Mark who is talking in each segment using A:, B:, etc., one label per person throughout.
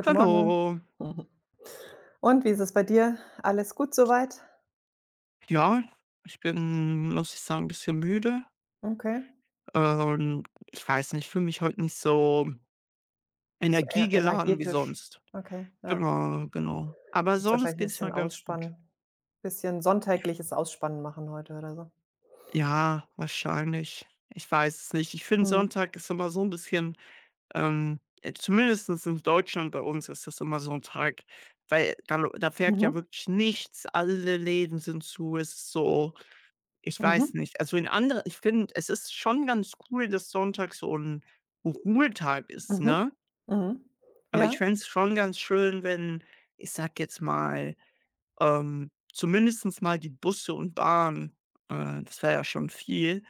A: Guten Morgen.
B: Hallo.
A: Mhm. Und wie ist es bei dir? Alles gut soweit?
B: Ja, ich bin, muss ich sagen, ein bisschen müde.
A: Okay.
B: Ähm, ich weiß nicht, ich fühle mich heute nicht so
A: Nicht so eher
B: energiegeladen wie
A: energetisch.
B: sonst.
A: Okay, ja.
B: Genau, genau. Aber
A: Musst
B: sonst
A: wahrscheinlich ein
B: geht es
A: bisschen
B: mir ganz gut.
A: ausspannen. Bisschen sonntägliches Ausspannen machen heute oder so.
B: Ja, wahrscheinlich. Ich weiß es nicht. Ich finde,
A: Mhm.
B: Sonntag ist immer so ein bisschen, zumindestens in Deutschland bei uns ist das immer so ein Tag, weil da fährt ja
A: Mhm.
B: wirklich nichts. Alle Läden sind zu. Es ist so. Ich
A: Mhm.
B: weiß nicht. Also, in andere ich finde, es ist schon ganz cool, dass Sonntag so 'n Ruhetag ist,
A: Mhm.
B: ne?
A: Mhm.
B: Aber
A: Ja,
B: ich fände es schon ganz schön, wenn, ich sage jetzt mal, zumindest mal die Busse und Bahn, das wäre ja schon viel,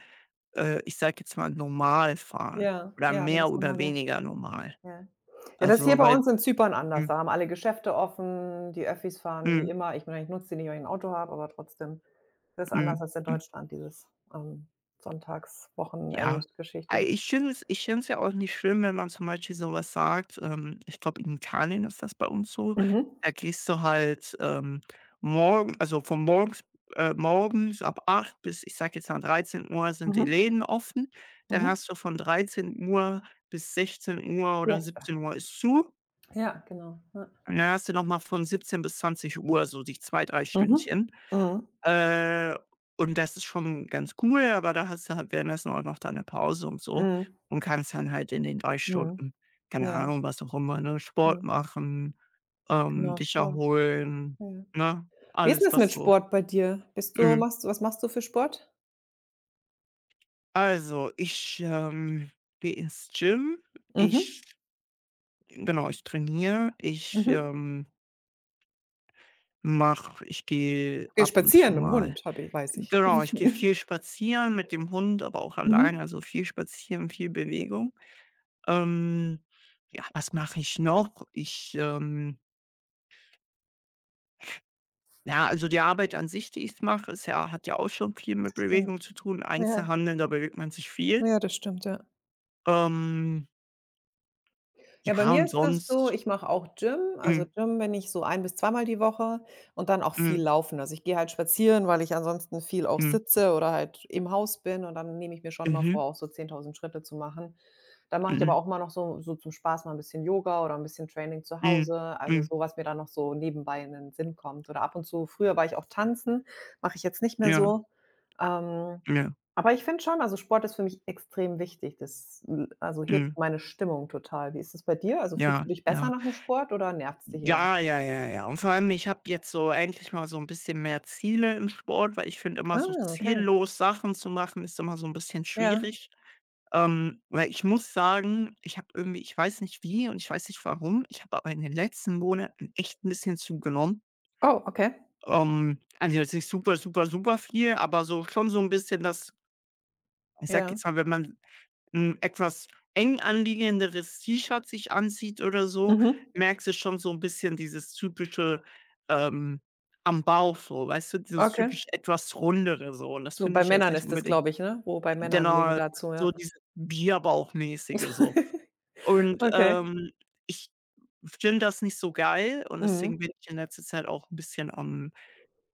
B: ich sage jetzt mal, normal fahren
A: ja,
B: oder
A: ja, wenn
B: mehr
A: das
B: oder
A: normal wäre.
B: weniger normal.
A: Ja. Ja, das ist hier
B: Also,
A: bei
B: weil
A: uns in Zypern anders.
B: mhm,
A: Da haben alle Geschäfte offen, die Öffis fahren wie
B: mhm,
A: immer. Ich meine, ich nutze die nicht, weil ich ein Auto habe, aber trotzdem. Das ist anders
B: mhm,
A: als in
B: mhm.
A: Deutschland, dieses, ähm,
B: Ja,
A: Sonntags-Wochenend-Geschichte.
B: ich finde es ja auch nicht schlimm, wenn man zum Beispiel sowas sagt. Ich glaube, in Italien ist das bei uns so.
A: Mhm,
B: Da gehst du halt, morgen also von morgens morgens ab 8 bis, ich sage jetzt mal, 13 Uhr sind die
A: mhm,
B: Läden offen. Dann
A: mhm.
B: hast du von 13 Uhr bis 16 Uhr oder
A: Siesta.
B: 17 Uhr ist zu.
A: Ja, genau, ja.
B: Und dann hast du noch mal von 17 bis 20 Uhr so die 2 3
A: Mhm,
B: Stündchen.
A: mhm,
B: Äh, und das ist schon ganz cool, aber da hast du halt währenddessen auch noch deine Pause und
A: ja,
B: so
A: mhm,
B: und kannst dann halt in den 3
A: mhm,
B: Stunden, keine
A: ja,
B: Ahnung, was auch immer, ne, Sport
A: mhm,
B: machen,
A: genau,
B: dich
A: Sport,
B: erholen,
A: ja.
B: ne?
A: Wie ist 'n
B: Alles,
A: das
B: was
A: mit
B: so
A: Sport bei dir? Bist du
B: mhm.
A: machst du Was machst du für Sport?
B: Also, ich, gehe ins Gym. Ich
A: Mhm,
B: Genau, ich trainiere. Ich,
A: mhm.
B: mache ich gehe
A: Gehst
B: ab und zu
A: spazieren mit dem
B: mal
A: Hund, habe ich weiß ich.
B: genau, ich gehe viel spazieren mit dem Hund, aber auch allein,
A: Mhm,
B: also viel spazieren, viel Bewegung. Ähm, ja, was mache ich noch? Ich, ja, also die Arbeit an sich, die ich mache, ist ja hat ja auch schon viel
A: das
B: mit
A: stimmt.
B: Bewegung zu tun.
A: Ja,
B: Einzelhandel, da bewegt man sich viel.
A: ja, das stimmt, ja.
B: Ähm,
A: Ja, bei
B: ja,
A: mir
B: und
A: ist es so,
B: sonst
A: ich mache auch Gym.
B: mhm,
A: Also, Gym bin ich so ein bis zweimal die Woche und dann auch
B: mhm,
A: viel laufen. Also, ich gehe halt spazieren, weil ich ansonsten viel auch
B: mhm,
A: sitze oder halt im Haus bin, und dann nehme ich mir schon immer
B: mhm,
A: vor, auch so 10.000 Schritte zu machen. Da mache ich aber
B: mhm,
A: auch mal noch so zum Spaß mal ein bisschen Yoga oder ein bisschen Training zu
B: mhm,
A: Hause, also
B: mhm,
A: so, was mir da noch so nebenbei in den Sinn kommt. Oder ab und zu früher war ich auch tanzen, mache ich jetzt nicht mehr
B: ja,
A: so. Ähm,
B: ja,
A: aber ich finde schon, also Sport ist für mich extrem wichtig. Das l Also
B: mhm,
A: hebt meine Stimmung total. Wie ist es bei dir? Also fühlst du
B: ja,
A: dich besser
B: ja.
A: nach dem Sport oder nervt's dich eher?
B: Ja, ja, ja, ja. Und vor allem, ich habe jetzt so endlich mal so ein bisschen mehr Ziele im Sport, weil ich finde immer so
A: Ah, okay,
B: ziellos Sachen zu machen, ist immer so ein bisschen
A: ja.
B: schwierig. Weil ich muss sagen, ich habe irgendwie, ich weiß nicht wie und ich weiß nicht warum, ich habe aber in den letzten Monaten echt ein bisschen zugenommen.
A: Oh, okay,
B: Also jetzt nicht super, super, super viel, aber so schon so ein bisschen das, ich sag
A: ja.
B: jetzt mal, wenn man 'n etwas eng anliegenderes T-Shirt sich anzieht oder so,
A: Mhm.
B: merkst du schon so ein bisschen dieses typische, ähm, am Bauch so, weißt du, dieses
A: Okay.
B: typisch etwas rundere so, und das
A: So
B: finde
A: bei
B: ich jetzt
A: Männern
B: nicht
A: ist das,
B: unbedingt
A: glaube ich, ne? Wo bei Männern legen
B: genau,
A: dazu,
B: so
A: ja.
B: dieses Bierbauchmäßige so. Und
A: Okay.
B: ich finde das nicht so geil und deswegen
A: Mhm.
B: bin ich in letzter Zeit auch 'n bisschen am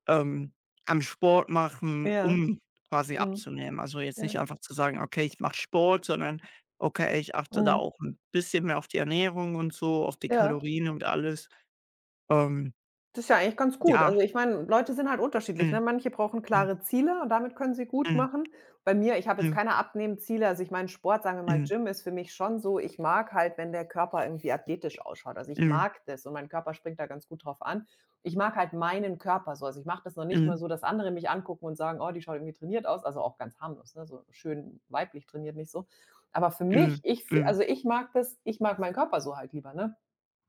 B: ähm, am Sport machen,
A: Ja,
B: um quasi
A: mhm,
B: abzunehmen. Also, jetzt nicht
A: ja,
B: einfach zu sagen: „Okay, ich mache Sport", sondern: „Okay, ich achte da
A: mhm,
B: auch 'n bisschen mehr auf die Ernährung und so, auf die
A: ja.
B: Kalorien und alles." Ähm,
A: Das ist ja eigentlich ganz gut.
B: ja.
A: Also, ich meine, Leute sind halt unterschiedlich, ne?
B: Mhm,
A: Manche brauchen
B: mhm,
A: klare Ziele und damit können sie gut
B: mhm,
A: machen. Bei mir, ich habe jetzt
B: mhm,
A: keine Abnehmen-Ziele. Also, ich meine, Sport, sagen wir mal,
B: mhm,
A: Gym ist für mich schon so, ich mag halt, wenn der Körper irgendwie athletisch ausschaut. Also, ich
B: mhm,
A: mag das, und mein Körper springt da ganz gut drauf an. Ich mag halt meinen Körper so. Also, ich mache das noch nicht mal
B: mhm,
A: so, dass andere mich angucken und sagen: „Oh, die schaut irgendwie trainiert aus.“ Also, auch ganz harmlos, ne, so schön weiblich trainiert, nicht so. Aber für mich,
B: mhm,
A: ich f
B: mhm.
A: also, ich mag meinen Körper so halt lieber, ne?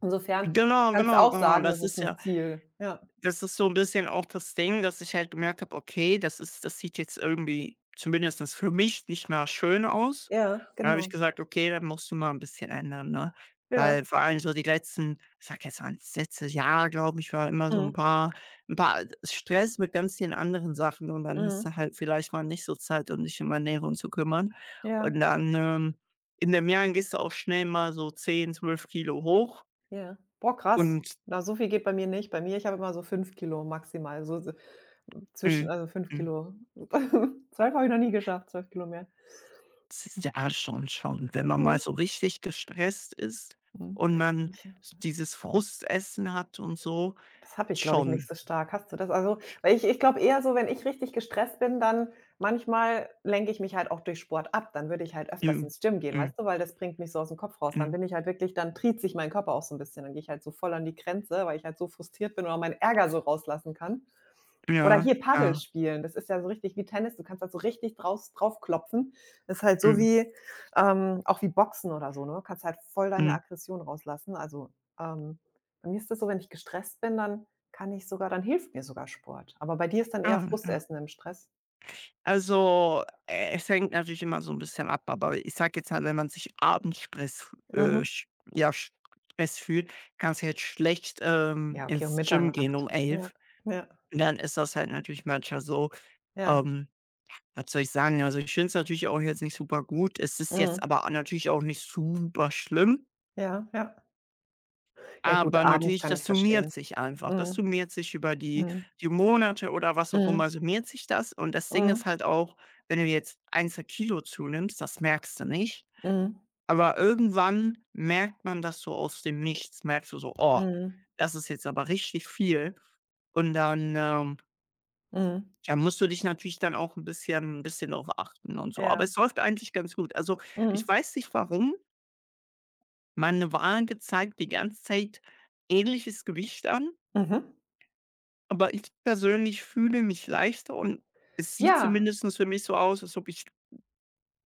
A: Insofern
B: Genau,
A: kannst
B: genau,
A: auch
B: genau.
A: sagen,
B: Das
A: das ist
B: ist ja,
A: 'n Ziel. Ja,
B: das ist so ein bisschen auch das Ding, dass ich halt gemerkt habe: „Okay, das ist, das sieht jetzt irgendwie zumindest für mich nicht mehr schön aus."
A: ja,
B: Da habe ich
A: genau.
B: gesagt: „Okay, dann musst du mal ein bisschen ändern", ne?
A: Ja,
B: Weil vor allem so die letzten, ich sag jetzt mal das letzte Jahr, glaube ich, war immer so
A: mhm,
B: ein paar Stress mit ganz vielen anderen Sachen und dann hast
A: mhm,
B: du halt vielleicht mal nicht so Zeit, um dich um Ernährung zu kümmern.
A: ja,
B: Und dann, in dem Jahr gehst du auch schnell mal so 10, 12 Kilo hoch
A: ja. Boah, krass.
B: und
A: Na, so viel geht bei mir nicht. Bei mir, ich habe immer so 5 Kilo maximal, so zwischen
B: mhm,
A: fünf
B: mhm.
A: Kilo. 12 habe ich noch nie geschafft, 12 km.
B: Ja, schon, schon. Wenn man
A: Mhm,
B: mal
A: ja.
B: so richtig gestresst ist
A: Mhm.
B: und man
A: Ich
B: dieses Frustessen hat und so,
A: Das habe ich, glaube ich, nicht
B: schon.
A: so stark. Hast du das? Also, weil ich glaube eher so, wenn ich richtig gestresst bin, dann manchmal lenke ich mich halt auch durch Sport ab. Dann würde ich halt öfters
B: Mhm.
A: ins Gym gehen,
B: Mhm.
A: weißt du, weil das bringt mich so aus dem Kopf raus. Dann
B: Mhm.
A: bin ich halt wirklich, dann trieft sich mein Körper auch so ein bisschen. Dann gehe ich halt so voll an die Grenze, weil ich halt so frustriert bin oder meinen Ärger so rauslassen kann. Oder
B: Ja,
A: hier Paddel
B: ja.
A: spielen, das ist ja so richtig wie Tennis, du kannst da so richtig draus draufklopfen. Das ist halt so
B: Mhm.
A: wie, auch wie Boxen oder so, ne? Kannst halt voll deine
B: Mhm.
A: Aggression rauslassen. Also, ähm, bei mir ist das so, wenn ich gestresst bin, dann hilft mir sogar Sport. Aber bei dir ist dann
B: Ja,
A: eher
B: ja.
A: Frustessen im Stress?
B: Also, es hängt natürlich immer so ein bisschen ab, aber ich sag jetzt halt, wenn man sich abends
A: Mhm.
B: ja, sch- Stress fühlt, kannst du jetzt schlecht,
A: Ja, okay, um
B: ins Gym gehen
A: Mitternacht.
B: um
A: Ja,
B: elf.
A: ja,
B: Dann ist das halt natürlich manchmal so,
A: ja.
B: ähm was soll ich sagen? Also, ich finde es natürlich auch jetzt nicht super gut. Es ist jetzt
A: Mhm.
B: aber natürlich auch nicht super schlimm,
A: Ja, ja. Ja gut,
B: aber
A: abends
B: natürlich,
A: kann
B: das
A: ich
B: summiert
A: verstehen.
B: sich einfach. Das
A: Mhm.
B: summiert sich über die
A: Mhm.
B: die Monate oder was auch
A: Mhm.
B: immer, summiert sich das. Und das Ding
A: Mhm.
B: ist halt auch, wenn du jetzt ein 2 Kilo zunimmst, das merkst du nicht,
A: Mhm.
B: aber irgendwann merkt man das so aus dem Nichts, merkst du so: „Oh,
A: Mhm.
B: das ist jetzt aber richtig viel." Und dann,
A: Mhm.
B: da musst du dich natürlich dann auch 'n bisschen drauf achten und so. Aber
A: Ja.
B: es läuft eigentlich ganz gut. Also, ich
A: Mhm.
B: weiß nicht warum, meine Waage zeigt die ganze Zeit ähnliches Gewicht an,
A: Mhm.
B: aber ich persönlich fühle mich leichter und es sieht
A: Ja,
B: zumindestens für mich so aus, als ob ich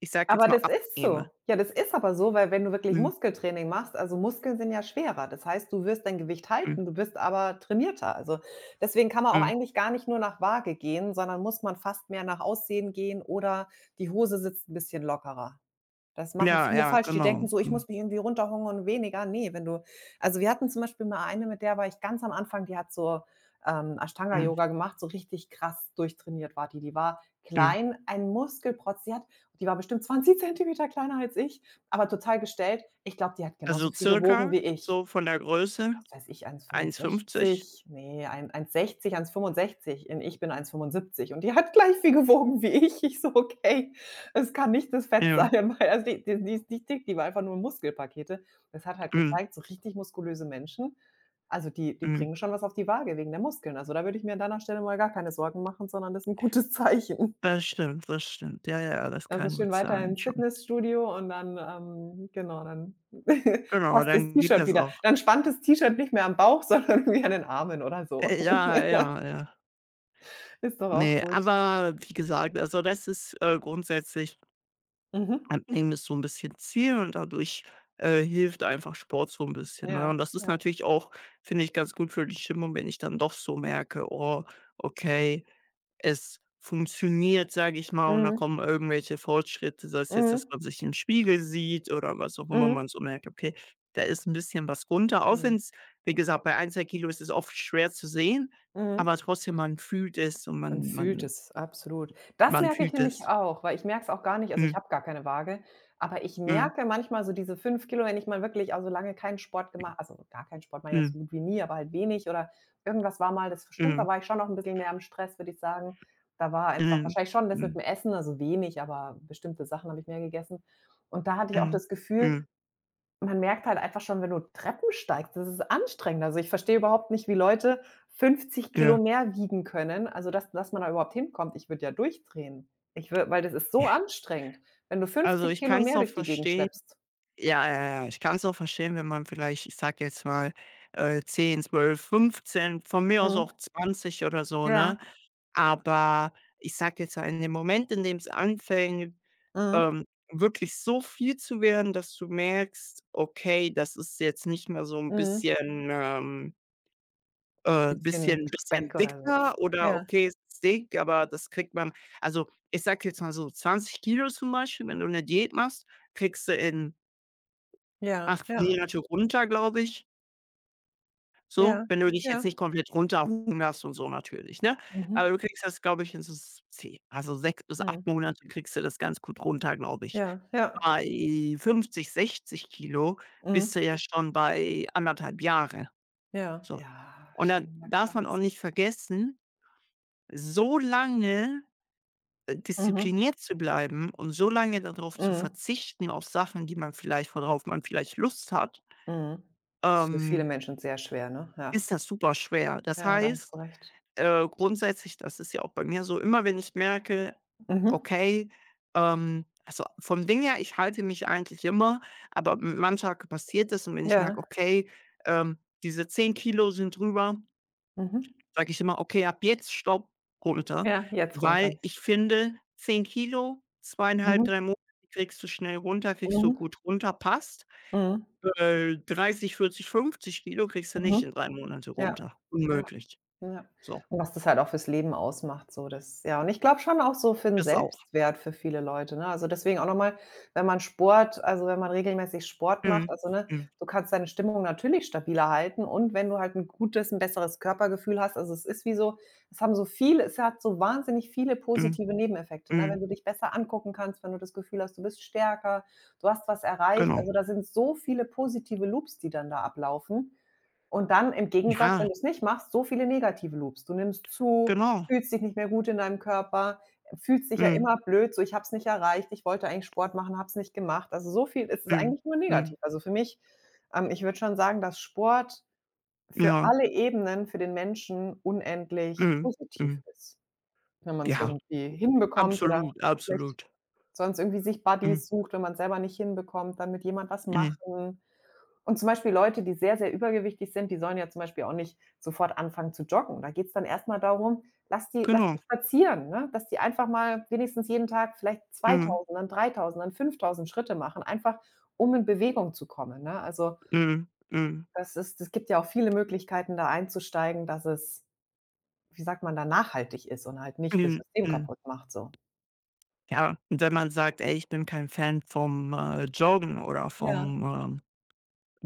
B: ich sage jetzt
A: aber
B: mal,
A: das ist
B: abnehme.
A: so. Ja, das ist aber so, weil wenn du wirklich
B: Mhm,
A: Muskeltraining machst, also Muskeln sind ja schwerer. Das heißt, du wirst dein Gewicht
B: mhm,
A: halten, du bist aber trainierter. Also, deswegen kann man auch
B: mhm.
A: eigentlich gar nicht nur nach Waage gehen, sondern muss man fast mehr nach Aussehen gehen, oder die Hose sitzt ein bisschen lockerer. Das machen
B: Ja,
A: viele
B: ja,
A: falsch. Die
B: genau.
A: denken so: „Ich
B: Mhm,
A: muss mich irgendwie runterhungern und weniger.“ Ne, wenn du also, wir hatten zum Beispiel mal eine, mit der war ich ganz am Anfang, die hat so, Ashtanga
B: mhm,
A: Yoga gemacht, so richtig krass durchtrainiert war die. Die war
B: mhm.
A: klein, ein Muskelprotz. Die war bestimmt 20 Zentimeter kleiner als ich, aber total gestellt. Ich glaube, die hat
B: Also,
A: genauso viel gewogen
B: circa
A: wie ich,
B: so von der Größe
A: was weiß ich, eins Komma
B: 1,50.
A: fünfundsechzig, ne, ein 1,60, 1,65, und ich bin 1,75, und die hat gleich viel gewogen wie ich. Ich so: „Okay, es kann nicht das Fett
B: Ja,
A: sein“, weil also die ist nicht dick, die war einfach nur Muskelpakete. Das hat halt
B: mhm,
A: gezeigt, so richtig muskulöse Menschen, also die
B: mhm.
A: bringen schon was auf die Waage wegen der Muskeln. Also, da würde ich mir an deiner Stelle mal gar keine Sorgen machen, sondern das ist ein gutes Zeichen.
B: Das stimmt, das stimmt. Ja, ja, das
A: Also,
B: kann
A: schön
B: gut
A: weiter
B: sein,
A: ins
B: schon.
A: Fitnessstudio und dann, genau, dann
B: Genau,
A: passt das
B: dann geht
A: T-Shirt
B: das
A: wieder.
B: auch.
A: Dann spannt das T-Shirt nicht mehr am Bauch, sondern irgendwie an den Armen oder so.
B: Ja, ja, ja.
A: Ist doch auch
B: Ne,
A: gut.
B: aber wie gesagt, also, das ist, grundsätzlich
A: Mhm.
B: Abnehmen ist so ein bisschen Ziel und dadurch, hilft einfach Sport so ein bisschen, ne? Und
A: Ja,
B: das ist
A: ja.
B: natürlich auch, finde ich, ganz gut für die Stimmung, wenn ich dann doch so merke: „Oh, okay, es funktioniert, sage ich mal, und da
A: Mhm.
B: kommen irgendwelche Fortschritte, sei es jetzt, dass
A: Mhm.
B: man sich im Spiegel sieht oder was auch immer,
A: Mhm.
B: man so merkt, okay, da ist ein bisschen was runter, auch wenn
A: Mhm.
B: es, wie gesagt, bei ein 2 Kilo ist es oft schwer zu sehen,
A: Mhm.
B: aber trotzdem, man fühlt es und
A: Man
B: man
A: fühlt
B: man
A: es, absolut. Das
B: man
A: merke ich
B: fühlt
A: nämlich
B: es."
A: auch, weil ich merke es auch gar nicht, also, ich
B: Mhm,
A: habe gar keine Waage, aber ich
B: mhm,
A: merke manchmal so diese 5 Kilo, wenn ich mal wirklich also, lange keinen Sport gemacht, also, gar keinen Sport mache jetzt
B: mhm,
A: so gut wie nie, aber halt wenig oder irgendwas war mal, das stimmt,
B: mhm,
A: da war ich schon noch ein bisschen mehr am Stress, würde ich sagen. Da war einfach
B: mhm,
A: wahrscheinlich schon das mit
B: mhm,
A: dem Essen, also, wenig, aber bestimmte Sachen habe ich mehr gegessen. Und da hatte ich auch
B: mhm,
A: das Gefühl,
B: mhm,
A: man merkt halt einfach schon, wenn du Treppen steigst, das ist anstrengend. Also, ich verstehe überhaupt nicht, wie Leute 50 Kilo
B: ja.
A: mehr wiegen können. Also, dass man da überhaupt hinkommt. Ich würde ja durchdrehen. Ich würde Weil das ist so anstrengend, wenn du
B: Also,
A: 50
B: ich
A: Kilo
B: kann es
A: mehr
B: auch
A: durch die Gegend
B: verstehen.
A: schleppst.
B: Ja, ja, ja. Ich kann es auch verstehen, wenn man vielleicht, ich sag jetzt mal, 10, 12, 15, von mir aus
A: Mhm.
B: auch 20 oder so,
A: Ja,
B: ne? Aber ich sag jetzt mal, in dem Moment, in dem es anfängt,
A: mhm.
B: ähm, wirklich so viel zu werden, dass du merkst: „Okay, das ist jetzt nicht mehr so ein
A: Mhm.
B: bisschen, ähm, äh
A: Bisschen
B: bisschen
A: Speck
B: bisschen
A: oder so.
B: dicker" oder
A: Ja,
B: „okay, es ist dick, aber das kriegt man", also, ich sag jetzt mal so, 20 Kilo zum Beispiel, wenn du eine Diät machst, kriegst du in
A: ja,
B: 8
A: ja,
B: Monate runter, glaube ich, so,
A: ja,
B: wenn du dich jetzt
A: ja.
B: nicht komplett runterhungerst und so natürlich, ne?
A: Mhm,
B: Aber du kriegst das, glaube ich, in so s also sechs bis acht
A: mhm.
B: Monate kriegst du das ganz gut runter, glaube ich.
A: Ja, ja,
B: Bei 50, 60 Kilo
A: mhm.
B: bist du ja schon bei anderthalb Jahre,
A: Ja.
B: so.
A: Ja,
B: Und dann
A: schon mal
B: darf man auch
A: krass.
B: nicht vergessen, so lange,
A: Mhm,
B: diszipliniert zu bleiben und so lange darauf zu
A: mhm.
B: verzichten auf Sachen, die man vielleicht, worauf man vielleicht Lust hat,
A: Mhm. Ist für
B: ähm
A: viele Menschen sehr schwer, ne? Ja.
B: ist das super schwer. Das
A: Ja, da hast
B: heißt,
A: du recht.
B: grundsätzlich, das ist ja auch bei mir so, immer wenn ich merke,
A: Mhm.
B: okay, also vom Ding her, ich halte mich eigentlich immer, aber m manchmal passiert das und wenn ich merke,
A: Ja.
B: okay, diese 10 Kilo sind drüber,
A: Mhm.
B: sage ich immer: „Okay, ab jetzt Stopp, runter."
A: Ja, jetzt
B: Weil
A: runter.
B: ich finde, 10 Kilo zweieinhalb,
A: Mhm.
B: 3 Monate kriegst du schnell runter, kriegst du
A: Mhm.
B: gut runter, passt.
A: Mhm.
B: 30, 40, 50 kg kriegst du nicht
A: Mhm.
B: in 3 Monate
A: Ja,
B: runter.
A: ja.
B: Unmöglich.
A: Ja.
B: So,
A: Und was das halt auch fürs Leben ausmacht, so, das ja. Und ich glaube schon auch so für den
B: das auch.
A: Selbstwert für viele Leute, ne? Also, deswegen auch noch mal, wenn man Sport also, wenn man regelmäßig Sport macht,
B: Mhm.
A: also, ne,
B: Mhm.
A: du kannst deine Stimmung natürlich stabiler halten, und wenn du halt ein gutes ein besseres Körpergefühl hast, also, es ist wie so es hat so wahnsinnig viele
B: Mhm.
A: positive Nebeneffekte, ne?
B: Mhm.
A: Wenn du dich besser angucken kannst, wenn du das Gefühl hast, du bist stärker, du hast was erreicht.
B: Genau.
A: Also, da sind so viele positive Loops, die dann da ablaufen. Und dann im Gegensatz,
B: Ja,
A: wenn du es nicht machst, so viele negative Loops. Du nimmst zu,
B: genau.
A: fühlst dich nicht mehr gut in deinem Körper, fühlst dich ja
B: Mhm.
A: immer blöd, so: „Ich habe es nicht erreicht, ich wollte eigentlich Sport machen, habe es nicht gemacht.“ Also, so viel ist es
B: Mhm.
A: eigentlich nur
B: Mhm.
A: negativ. Also, für mich, ich würde schon sagen, dass Sport für
B: Ja.
A: alle Ebenen für den Menschen unendlich
B: Mhm.
A: positiv
B: Mhm.
A: ist, wenn man es
B: Ja,
A: irgendwie hinbekommt oder
B: absolut,
A: vielleicht
B: absolut.
A: sonst irgendwie sich
B: Mhm.
A: Buddies sucht, wenn man's selber nicht hinbekommt, dann mit jemand was
B: Mhm.
A: machen. Und zum Beispiel Leute, die sehr, sehr übergewichtig sind, die sollen ja zum Beispiel auch nicht sofort anfangen zu joggen. Da geht's dann erst mal darum, lass
B: Genau.
A: die spazieren, ne? Dass die einfach mal wenigstens jeden Tag vielleicht
B: Mhm.
A: 2.000, dann 3.000, dann 5.000 Schritte machen, einfach um in Bewegung zu kommen, ne? Also,
B: Mhm. Mhm.
A: das ist es gibt ja auch viele Möglichkeiten, da einzusteigen, dass es, wie sagt man da, nachhaltig ist und halt nicht das
B: Mhm.
A: System
B: Mhm.
A: kaputt macht, so.
B: Ja, und wenn man sagt: „Ey, ich bin kein Fan vom, Joggen oder
A: Ja,
B: vom,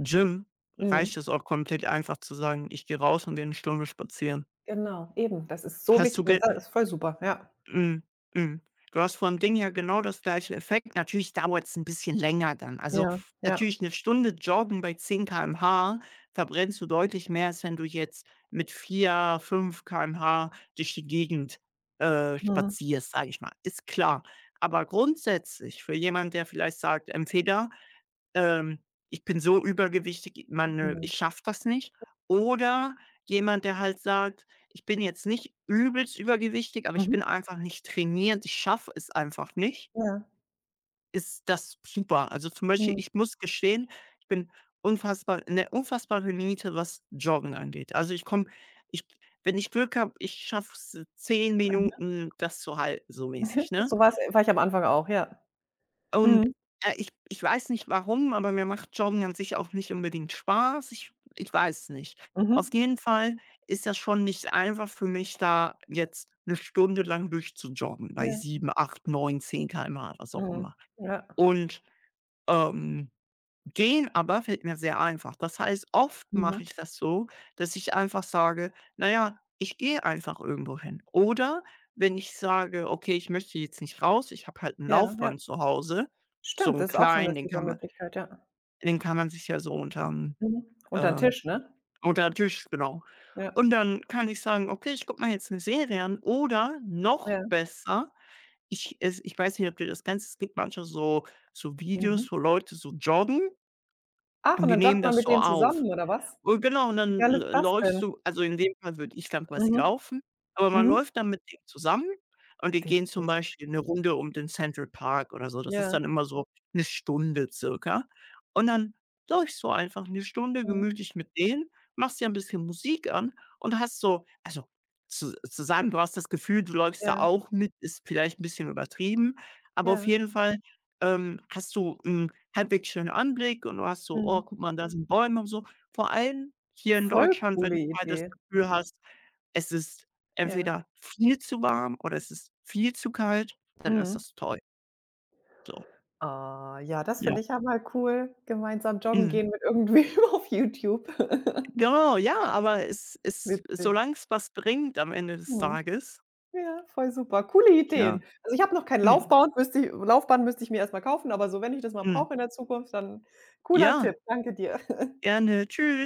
B: Gym",
A: mhm,
B: reicht es auch komplett einfach zu sagen: „Ich gehe raus und gehe eine Stunde spazieren."
A: genau, eben. Das ist so
B: Hast du
A: wichtig. Man
B: ge
A: sagt, das ist voll super, ja.
B: Mhm, mhm. Du hast vom Ding her genau das gleiche Effekt. Natürlich dauert es ein bisschen länger dann. Also,
A: Ja, ja.
B: natürlich, eine Stunde Joggen bei 10 km/h verbrennst du deutlich mehr, als wenn du jetzt mit 4, 5 km/h durch die Gegend,
A: Mhm,
B: spazierst, sage ich mal. Ist klar. Aber grundsätzlich für jemanden, der vielleicht sagt: „Entweder ähm, ich bin so übergewichtig, man,
A: mhm,
B: ich schaffe das nicht." Oder jemand, der halt sagt: „Ich bin jetzt nicht übelst übergewichtig, aber ich
A: mhm,
B: bin einfach nicht trainiert, ich schaffe es einfach nicht",
A: ja,
B: ist das super. Also, zum Beispiel,
A: mhm.
B: ich muss gestehen, ich bin unfassbar eine unfassbare Niete, was Joggen angeht. Also, ich komme ich wenn ich Glück habe, ich schaffe es 10 Minuten, das zu halten, so mäßig, ne?
A: War ich am Anfang auch, ja.
B: Und
A: Mhm,
B: ich weiß nicht warum, aber mir macht Joggen an sich auch nicht unbedingt Spaß. Ich weiß es nicht. Auf
A: mhm.
B: jeden Fall ist das schon nicht einfach für mich, da jetzt eine Stunde lang durchzujoggen bei
A: Ja,
B: 7, 8, 9, 10 km/h, was auch
A: mhm,
B: immer.
A: ja,
B: Und ähm den aber fällt mir sehr einfach. Das heißt, oft mache
A: mhm,
B: ich das so, dass ich einfach sage: „Naja, ich gehe einfach irgendwo hin." Oder wenn ich sage: „Okay, ich möchte jetzt nicht raus, ich habe halt ein
A: ja, ja.
B: Laufband zu Hause", so
A: Stimmt,
B: 'n
A: das ist auch so 'ne
B: kleinen, den
A: super
B: kann man
A: Möglichkeit, ja.
B: den kann man sich ja so unterm,
A: Mhm. Untern
B: ähm,
A: Tisch, ne?
B: unter den Tisch, genau.
A: Ja,
B: Und dann kann ich sagen: „Okay, ich gucke mir jetzt eine Serie an." Oder noch
A: ja,
B: besser, ich weiß nicht, ob du das kennst, es gibt manchmal so
A: mhm.
B: Videos, wo Leute so joggen
A: Ach,
B: und
A: und
B: die
A: dann
B: nehmen
A: joggt man
B: das
A: mit
B: so
A: denen
B: auf.
A: zusammen oder was?
B: Und genau, und
A: Wie
B: dann
A: geil ist
B: l
A: das
B: läufst
A: denn?
B: du, also in dem Fall würde ich dann quasi
A: Mhm,
B: laufen, aber man
A: mhm.
B: läuft dann mit denen zusammen und die gehen zum
A: Witzig.
B: Beispiel eine Runde um den Central Park oder so. Das ist
A: Ja,
B: dann immer so eine Stunde circa. Und dann läufst du einfach eine Stunde
A: ja,
B: gemütlich mit denen, machst dir ein bisschen Musik an und hast so, also zu sagen, du hast das Gefühl, du läufst
A: ja,
B: da auch mit, ist vielleicht ein bisschen übertrieben, aber auf
A: ja,
B: jeden Fall, hast du einen halbwegs schönen Anblick und du hast so: „Oh,
A: mhm.
B: guck mal, da sind Bäume und so." Vor allem hier in
A: Voll
B: Deutschland, wenn
A: coole
B: du mal das
A: Idee.
B: Gefühl hast, es ist
A: Ja,
B: entweder viel zu warm oder es ist viel zu kalt, dann ist
A: mhm.
B: das toll, so.
A: Ah, ja, das
B: Ja,
A: finde ich ja mal cool, gemeinsam joggen
B: mhm.
A: gehen mit irgendwem auf YouTube.
B: Genau, ja, aber es ist,
A: Witzig.
B: solange es was bringt am Ende des
A: Mhm.
B: Tages,
A: Ja, voll super. Coole
B: ja.
A: Ideen. Also, ich habe noch kein
B: Mhm,
A: Laufband, müsste i Laufband müsste ich mir erst mal kaufen, aber so, wenn ich das mal
B: mhm.
A: brauche in der Zukunft, dann cooler Tipp.
B: Ja,
A: Danke dir.
B: gerne. Tschüss.